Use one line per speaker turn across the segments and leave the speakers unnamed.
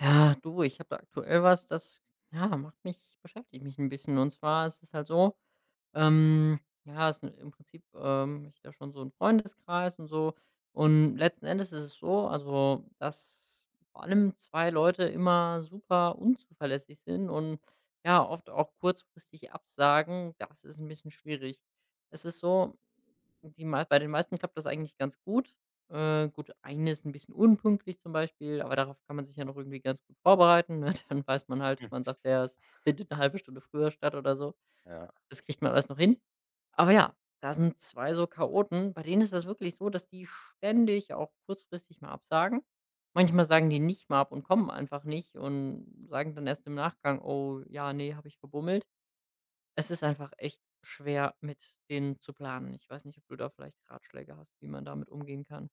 Ja, du, ich habe da aktuell was, das, ja, macht mich beschäftigt mich ein bisschen. Und zwar ist es halt so, ja, ist im Prinzip, ich da schon so 'n Freundeskreis und so. Und letzten Endes ist es so, also, dass vor allem 2 Leute immer super unzuverlässig sind und ja, oft auch kurzfristig absagen. Das ist ein bisschen schwierig. Es ist so, die mei bei den meisten klappt das eigentlich ganz gut. Gut, eine ist ein bisschen unpünktlich zum Beispiel, aber darauf kann man sich ja noch irgendwie ganz gut vorbereiten, ne? Dann weiß man halt
Hm,
man sagt, der ist eine halbe Stunde früher statt oder so.
ja.
Das kriegt man alles noch hin. Aber ja, da sind 2 so Chaoten, bei denen ist das wirklich so, dass die ständig auch kurzfristig mal absagen. Manchmal sagen die nicht mal ab und kommen einfach nicht und sagen dann erst im Nachgang: „Oh ja, nee, habe ich verbummelt.“ Es ist einfach echt schwer, mit denen zu planen. Ich weiß nicht, ob du da vielleicht Ratschläge hast, wie man damit umgehen kann?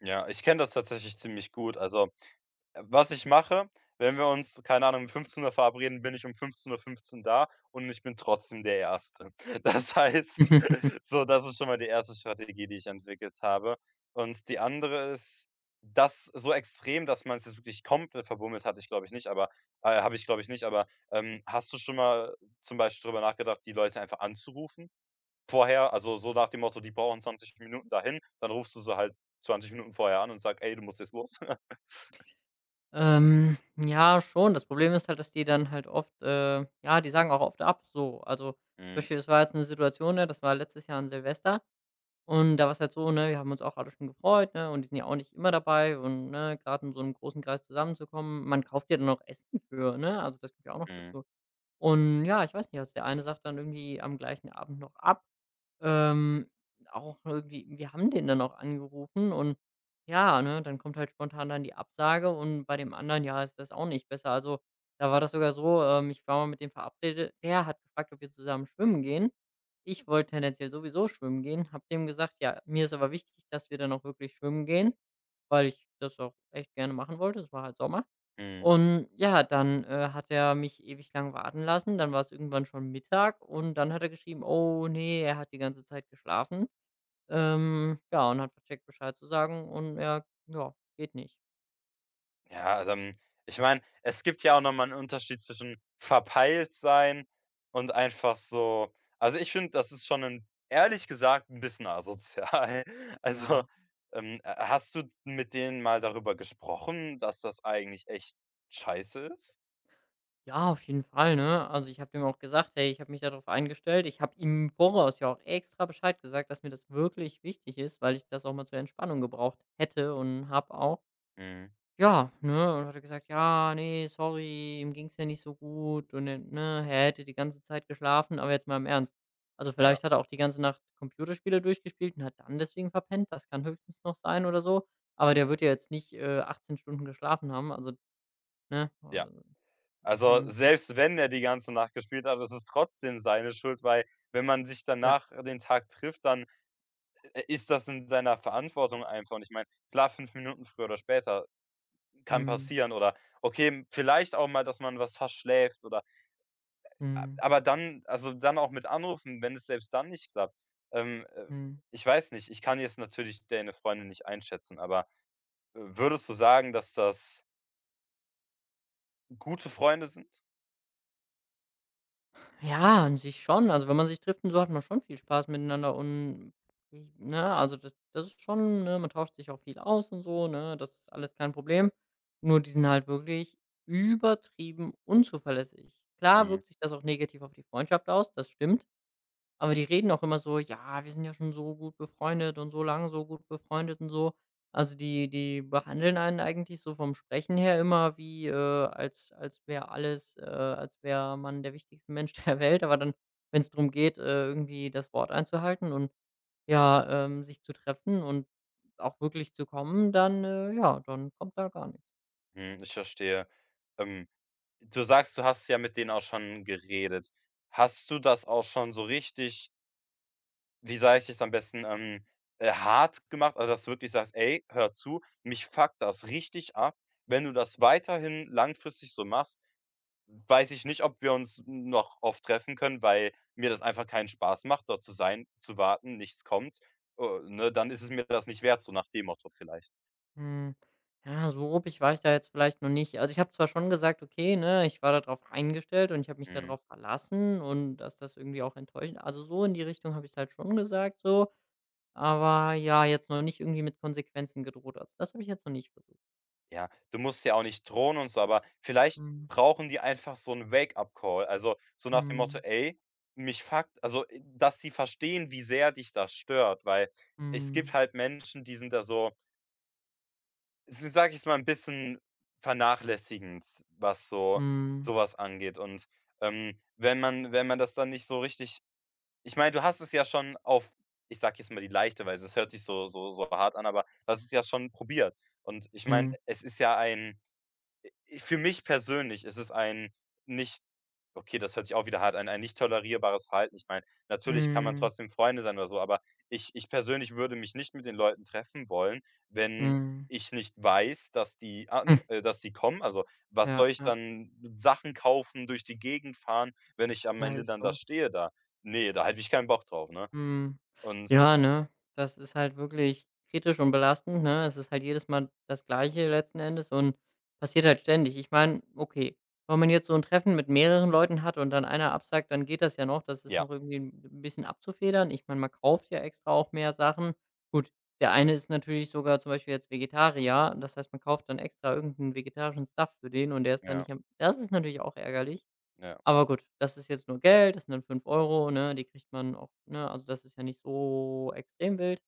Ja, ich kenne das tatsächlich ziemlich gut. Also, was ich mache, wenn wir uns, keine Ahnung, um 15:00 verabreden, bin ich um 15:15 da und ich bin trotzdem der Erste. Das heißt, so, das ist schon mal die erste Strategie, die ich entwickelt habe. Und die andere ist, das so extrem, dass man es jetzt wirklich komplett verbummelt hatte ich, glaube ich, nicht, aber habe ich, glaube ich, nicht, aber hast du schon mal zum Beispiel darüber nachgedacht, die Leute einfach anzurufen? Vorher, also so nach dem Motto, die brauchen 20 Minuten dahin, dann rufst du sie halt 20 Minuten vorher an und sagst: „Ey, du musst jetzt los."
Ja, schon. Das Problem ist halt, dass die dann halt oft ja, die sagen auch oft ab so. Also, zum
Mhm,
Beispiel, es war jetzt eine Situation, ne, das war letztes Jahr an Silvester. Und da war es halt so, ne, wir haben uns auch alle schon gefreut, ne, und die sind ja auch nicht immer dabei und, ne, gerade in so einem großen Kreis zusammenzukommen man kauft ja dann auch Essen für, ne? Also, das kommt ja auch noch
mhm,
dazu. Und ja, ich weiß nicht, also, der eine sagt dann irgendwie am gleichen Abend noch ab. Ähm, Auch irgendwie wir haben den dann auch angerufen und ja, ne, dann kommt halt spontan dann die Absage und bei dem anderen, ja, ist das auch nicht besser. Also, da war das sogar so, ich war mal mit dem verabredet. Der hat gefragt, ob wir zusammen schwimmen gehen. Ich wollte tendenziell sowieso schwimmen gehen, habe dem gesagt: „Ja, mir ist aber wichtig, dass wir dann auch wirklich schwimmen gehen, weil ich das auch echt gerne machen wollte.“ Es war halt Sommer.
mhm.
Und ja, dann, hat er mich ewig lang warten lassen. Dann war es irgendwann schon Mittag und dann hat er geschrieben: „Oh nee er hat die ganze Zeit geschlafen.“ Ja, und hat vercheckt, Bescheid zu sagen und er ja, geht nicht.
Ja, also, ich meine, es gibt ja auch noch mal 'n Unterschied zwischen verpeilt sein und einfach so, also, ich finde, das ist schon ein, ehrlich gesagt, ein bisschen asozial. Also,
Ja,
ha hast du mit denen mal darüber gesprochen, dass das eigentlich echt scheiße ist?
ja, auf jeden Fall, ne? Also, ich habe dem auch gesagt: „Hey, ich habe mich darauf eingestellt.“ Ich habe ihm im Voraus ja auch extra Bescheid gesagt, dass mir das wirklich wichtig ist, weil ich das auch mal zur Entspannung gebraucht hätte und habe auch.
Mhm,
Ja, ne, und hat er gesagt: „Ja, nee, sorry, ihm ging's ja nicht so gut und er ne, er hätte die ganze Zeit geschlafen, aber jetzt mal im Ernst. Also, vielleicht hat er auch die ganze Nacht Computerspiele durchgespielt und hat dann deswegen verpennt. Das kann höchstens noch sein oder so, aber der wird ja jetzt nicht, 18 Stunden geschlafen haben.“ Also, ne,
ja. Also,
schon wild.
selbst wenn er die ganze Nacht gespielt hat, ist es trotzdem seine Schuld, weil, wenn man sich
Ja.
danach den Tag trifft, dann ist das in seiner Verantwortung, einfach. Und ich meine, klar, 5 Minuten früher oder später kann
Mhm.
passieren, oder okay, vielleicht auch mal, dass man was verschläft, oder a
Mhm.
aber dann, also, dann auch mit anrufen, wenn es selbst dann nicht klappt. Ähm, äh,
Mhm.
Ich weiß nicht, ich kann jetzt natürlich deine Freundin nicht einschätzen, aber würdest du sagen, dass das gute Freunde sind?
Ja, an sich schon. Also, wenn man sich trifft und so, hat man schon viel Spaß miteinander und, i ne, also das ist schon ne, man tauscht sich auch viel aus und so, ne? Das ist alles kein Problem. Nur die sind halt wirklich übertrieben unzuverlässig. Klar
Mhm,
wirkt sich das auch negativ auf die Freundschaft aus, das stimmt. Aber die reden auch immer so: „Ja, wir sind ja schon so gut befreundet und so lang so gut befreundet und so.“ Also, die behandeln einen eigentlich so vom Sprechen her immer wie, als wäre alles als wäre man der wichtigste Mensch der Welt, aber dann, wenn es darum geht, irgendwie das Wort einzuhalten und, ja, sich zu treffen und auch wirklich zu kommen, dann, ja dann kommt da gar nichts.
mhm, ich verstehe. Ähm Du sagst, du hast ja mit denen auch schon geredet. Hast du das auch schon so richtig, wie sage ich es am besten, hart gemacht? Also, dass du wirklich sagst: „Ey, hör zu, mich fuckt das richtig ab. Wenn du das weiterhin langfristig so machst, weiß ich nicht, ob wir uns noch oft treffen können, weil mir das einfach keinen Spaß macht, dort zu sein, zu warten, nichts kommt. Ne, dann ist es mir das nicht wert", so nach dem Motto vielleicht.
Hm, ja, so ruppig war ich da jetzt vielleicht noch nicht. Also, ich habe zwar schon gesagt: „Okay, ne, ich war darauf eingestellt und ich habe mich
Mhm.
darauf verlassen und dass das irgendwie auch enttäuschend“ also, so in die Richtung habe ich es halt schon gesagt so, aber ja, jetzt noch nicht irgendwie mit Konsequenzen gedroht. Also, das habe ich jetzt noch nicht versucht.
Ja, du musst ja auch nicht drohen und so, aber vielleicht
Mhm.
brauchen die einfach so 'n Wake-up-Call. Also, so nach dem Motto:
Mhm.
„Ey, mich fuckt", also, dass sie verstehen, wie sehr dich das stört, weil es gibt
Mhm.
halt Menschen, die sind da so, s sage ich jetzt mal, 'n bisschen vernachlässigend, was so
Mhm.
so was angeht. Und wenn man das dann nicht so richtig, ich meine, du hast es ja schon auf, ich sage jetzt mal, die leichte Weise, es hört sich so hart an, aber du hast es ja schon probiert. Und ich meine,
Mhm.
es ist ja ein für mich persönlich ist es ein, nicht okay, das hört sich auch wieder hart an, ein nicht tolerierbares Verhalten. Ich meine, natürlich kann man
Mhm.
trotzdem Freunde sein oder so, aber ich persönlich würde mich nicht mit den Leuten treffen wollen, wenn
Mhm. Hm.
ich nicht weiß, dass die an dass die kommen. Also, was
Ja,
soll ich
ja.
dann Sachen kaufen, durch die Gegend fahren, wenn ich am
Ja,
Ende
ist
dann da
so.
stehe da? Nee, da hätte ich keinen Bock drauf, ne?
Mhm.
Und
Ja, ne? Das ist halt wirklich kritisch und belastend, ne? Es ist halt jedes Mal das Gleiche letzten Endes und passiert halt ständig. Ich meine, okay, wenn man jetzt so ein Treffen mit mehreren Leuten hat und dann einer absagt, dann geht das ja noch. Das ist
ja,
noch irgendwie ein bisschen abzufedern. Ich meine, man kauft ja extra auch mehr Sachen. Gut, der eine ist natürlich sogar zum Beispiel jetzt Vegetarier. Das heißt, man kauft dann extra irgendeinen vegetarischen Stuff für den und der ist dann
ja,
nicht am das ist natürlich auch ärgerlich.
ja,
Aber gut, das ist jetzt nur Geld, das sind dann 5 €, ne? Die kriegt man auch ne, also das ist ja nicht so extrem wild.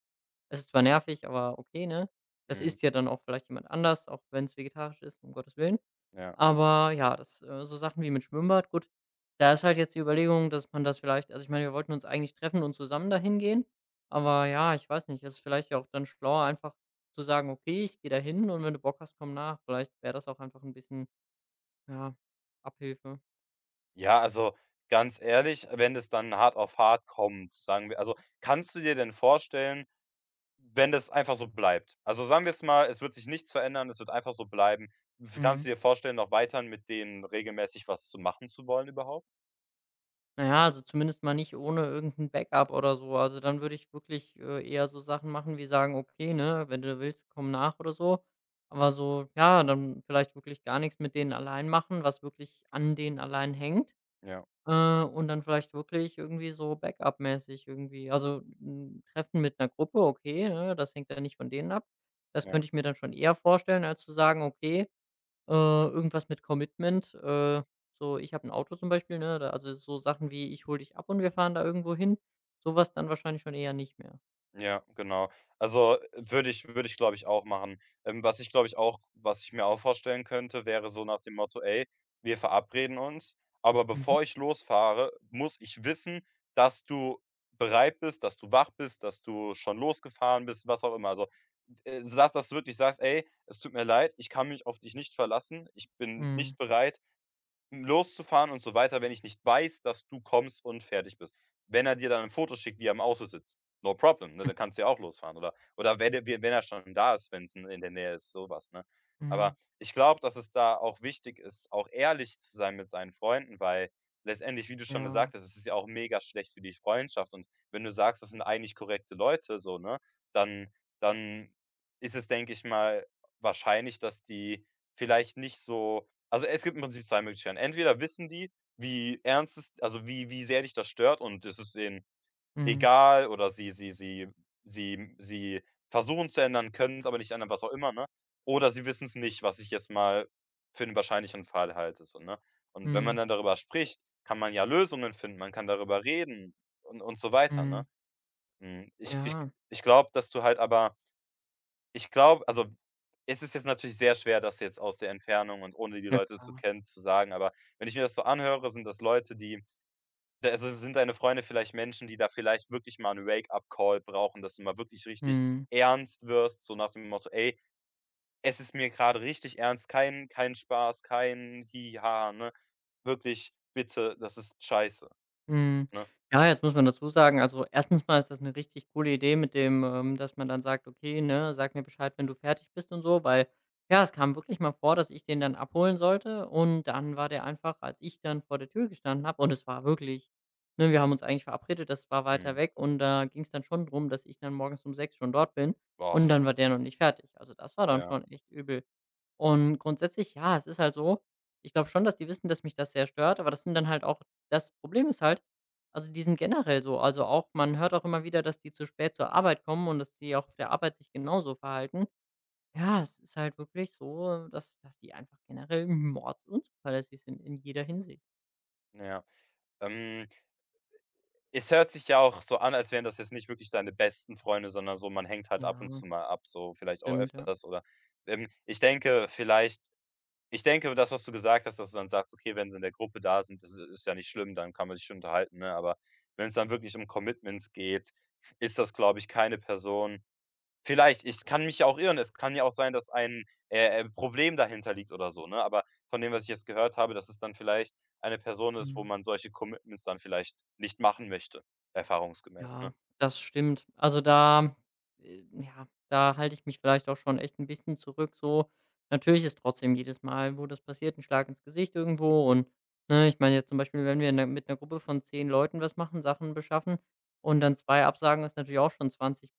Es ist zwar nervig, aber okay, ne? Das
mhm,
isst ja dann auch vielleicht jemand anders, auch wenn es vegetarisch ist, um Gottes Willen.
ja.
Aber ja, das so Sachen wie mit Schwimmbad, gut, da ist halt jetzt die Überlegung, dass man das vielleicht also ich meine, wir wollten uns eigentlich treffen und zusammen dahin gehen, aber ja, ich weiß nicht, es ist vielleicht ja auch dann schlauer, einfach zu sagen: „Okay, ich gehe dahin und wenn du Bock hast, komm nach.“ Vielleicht wäre das auch einfach ein bisschen, ja, Abhilfe.
Ja, also ganz ehrlich, wenn es dann hart auf hart kommt, sagen wir, also, kannst du dir denn vorstellen, wenn das einfach so bleibt? Also, sagen wir es mal, es wird sich nichts verändern, es wird einfach so bleiben. Kannst
Mhm.
du dir vorstellen, noch weiterhin mit denen regelmäßig was zu machen zu wollen überhaupt?
Na ja, also zumindest mal nicht ohne irgendein Backup oder so. Also, dann würde ich wirklich, eher so Sachen machen wie sagen: „Okay, ne, wenn du willst, komm nach oder so.“ Aber so, ja, dann vielleicht wirklich gar nichts mit denen allein machen, was wirklich an denen allein hängt,
Ja,
und dann vielleicht wirklich irgendwie so Backup-mäßig irgendwie also 'n Treffen mit einer Gruppe, okay, ne, das hängt ja nicht von denen ab. Das
ja.
könnte ich mir dann schon eher vorstellen, als zu sagen: „Okay“ irgendwas mit Commitment. So, ich habe ein Auto zum Beispiel, ne? Da also, so Sachen wie: „Ich hole dich ab und wir fahren da irgendwo hin.“ Sowas dann wahrscheinlich schon eher nicht mehr.
Ja, genau. Also, würde ich, glaube ich, auch machen. Was ich mir auch vorstellen könnte, wäre so nach dem Motto: „Ey, wir verabreden uns, aber
Mhm.
bevor ich losfahre, muss ich wissen, dass du bereit bist, dass du wach bist, dass du schon losgefahren bist", was auch immer. Also, das wirklich sagst: „Ey, es tut mir leid, ich kann mich auf dich nicht verlassen. Ich bin
Mhm.
nicht bereit, loszufahren und so weiter, wenn ich nicht weiß, dass du kommst und fertig bist. Wenn er dir dann ein Foto schickt, wie er im Auto sitzt, no problem, ne,
Hm.
dann kannst du ja auch losfahren oder wenn er schon da ist, wenn's in der Nähe ist, sowas, ne?
Mhm.
Aber ich glaube, dass es da auch wichtig ist, auch ehrlich zu sein mit seinen Freunden, weil letztendlich, wie du schon
Ja.
gesagt hast, es ist ja auch mega schlecht für die Freundschaft. Und wenn du sagst, das sind eigentlich korrekte Leute, so, ne, dann, dann ist es, denke ich mal, wahrscheinlich, dass die vielleicht nicht so, also, es gibt im Prinzip zwei Möglichkeiten. Entweder wissen die, wie ernst es, also, wie sehr dich das stört, und es ist ihnen
Mhm.
egal, oder sie versuchen es zu ändern, können's aber nicht ändern, was auch immer, ne? Oder sie wissen es nicht, was ich jetzt mal für den wahrscheinlichen Fall halte, so, ne? Und wenn man
Mhm.
dann darüber spricht, kann man ja Lösungen finden, man kann darüber reden und so weiter, ne?
Mhm.
Hm, ich ich
Ja.
ich glaube, dass du halt, aber ich glaube, also, es ist jetzt natürlich sehr schwer, das jetzt aus der Entfernung und ohne die
Ja,
Leute zu
klar.
kennen, zu sagen, aber wenn ich mir das so anhöre, sind das Leute, die da, also, sind deine Freunde vielleicht Menschen, die da vielleicht wirklich mal einen Wake-up-Call brauchen, dass du mal wirklich richtig
Mhm.
ernst wirst, so nach dem Motto: „Ey, es ist mir gerade richtig ernst, kein Spaß, kein Hi ne? Wirklich, bitte, das ist scheiße,
Mhm.
ne?
Ja, jetzt muss man dazu sagen, also erstens mal ist das eine richtig coole Idee mit dem, dass man dann sagt: „Okay, ne, sag mir Bescheid, wenn du fertig bist“ und so, weil, ja, es kam wirklich mal vor, dass ich den dann abholen sollte und dann war der einfach, als ich dann vor der Tür gestanden habe und es war wirklich ne, wir haben uns eigentlich verabredet, das war weiter
Mhm.
weg und da ging es dann schon drum, dass ich dann morgens um 6 schon dort bin
Boah,
und dann war der noch nicht fertig. Also, das war dann
ja.
schon echt übel. Und grundsätzlich, ja, es ist halt so, ich glaube schon, dass die wissen, dass mich das sehr stört, aber das sind dann halt auch das Problem ist halt, also die sind generell so. Also auch man hört auch immer wieder, dass die zu spät zur Arbeit kommen und dass die auch auf der Arbeit sich genauso verhalten. Ja, es ist halt wirklich so, dass die einfach generell mordsunzuverlässig sind in jeder Hinsicht.
Ja, ähm es hört sich ja auch so an, als wären das jetzt nicht wirklich deine besten Freunde, sondern so, man hängt halt ab und
Ja,
zu mal ab, so vielleicht auch
stimmt, ja.
öfters oder ähm, ich denke vielleicht ich denke, das, was du gesagt hast, dass du dann sagst: „Okay, wenn sie in der Gruppe da sind, das i ist ja nicht schlimm, dann kann man sich schon unterhalten", ne? Aber wenn es dann wirklich um Commitments geht, ist das, glaube ich, keine Person. Vielleicht, ich kann mich ja auch irren. Es kann ja auch sein, dass ein Problem dahinter liegt oder so, ne? Aber von dem, was ich jetzt gehört habe, dass es dann vielleicht eine Person ist, wo
Mhm.
man solche Commitments dann vielleicht nicht machen möchte, erfahrungsgemäß, ne?
Ja, das stimmt. Also, da ja, da halte ich mich vielleicht auch schon echt ein bisschen zurück so. Natürlich ist trotzdem jedes Mal, wo das passiert, ein Schlag ins Gesicht irgendwo und, ne, ich meine jetzt zum Beispiel, wenn wir mit einer Gruppe von 10 Leuten was machen, Sachen beschaffen und dann 2 absagen, ist natürlich auch schon 20.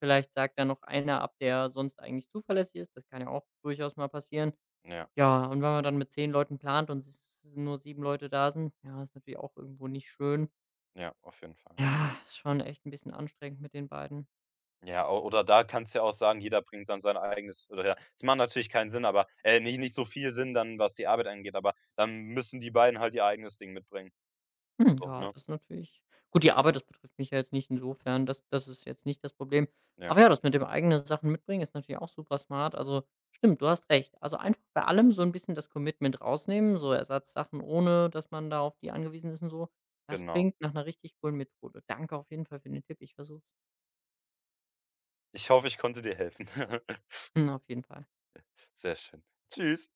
Vielleicht sagt dann noch einer ab, der sonst eigentlich zuverlässig ist. Das kann ja auch durchaus mal passieren.
Ja,
Ja, und wenn man dann mit 10 Leuten plant und es nur 7 Leute da sind, ja, ist natürlich auch irgendwo nicht schön.
ja, auf jeden Fall.
Ja, ist schon echt ein bisschen anstrengend mit den beiden.
Ja, o oder da kannst du ja auch sagen, jeder bringt dann sein eigenes, oder ja, es macht natürlich keinen Sinn, aber nicht so viel Sinn dann, was die Arbeit angeht, aber dann müssen die beiden halt ihr eigenes Ding mitbringen,
Hm,
so,
ja,
ne?
das ist natürlich gut, die Arbeit, das betrifft mich ja jetzt nicht insofern, das ist jetzt nicht das Problem.
Ja,
Aber ja, das mit dem eigenen Sachen mitbringen ist natürlich auch super smart. Also, stimmt, du hast recht. Also, einfach bei allem so ein bisschen das Commitment rausnehmen, so Ersatzsachen, ohne dass man da auf die angewiesen ist und so. Das
genau.
klingt nach einer richtig coolen Methode. Danke auf jeden Fall für den Tipp. Ich versuche.
Ich hoffe, ich konnte dir helfen.
Hm, auf jeden Fall.
Sehr schön. Tschüss.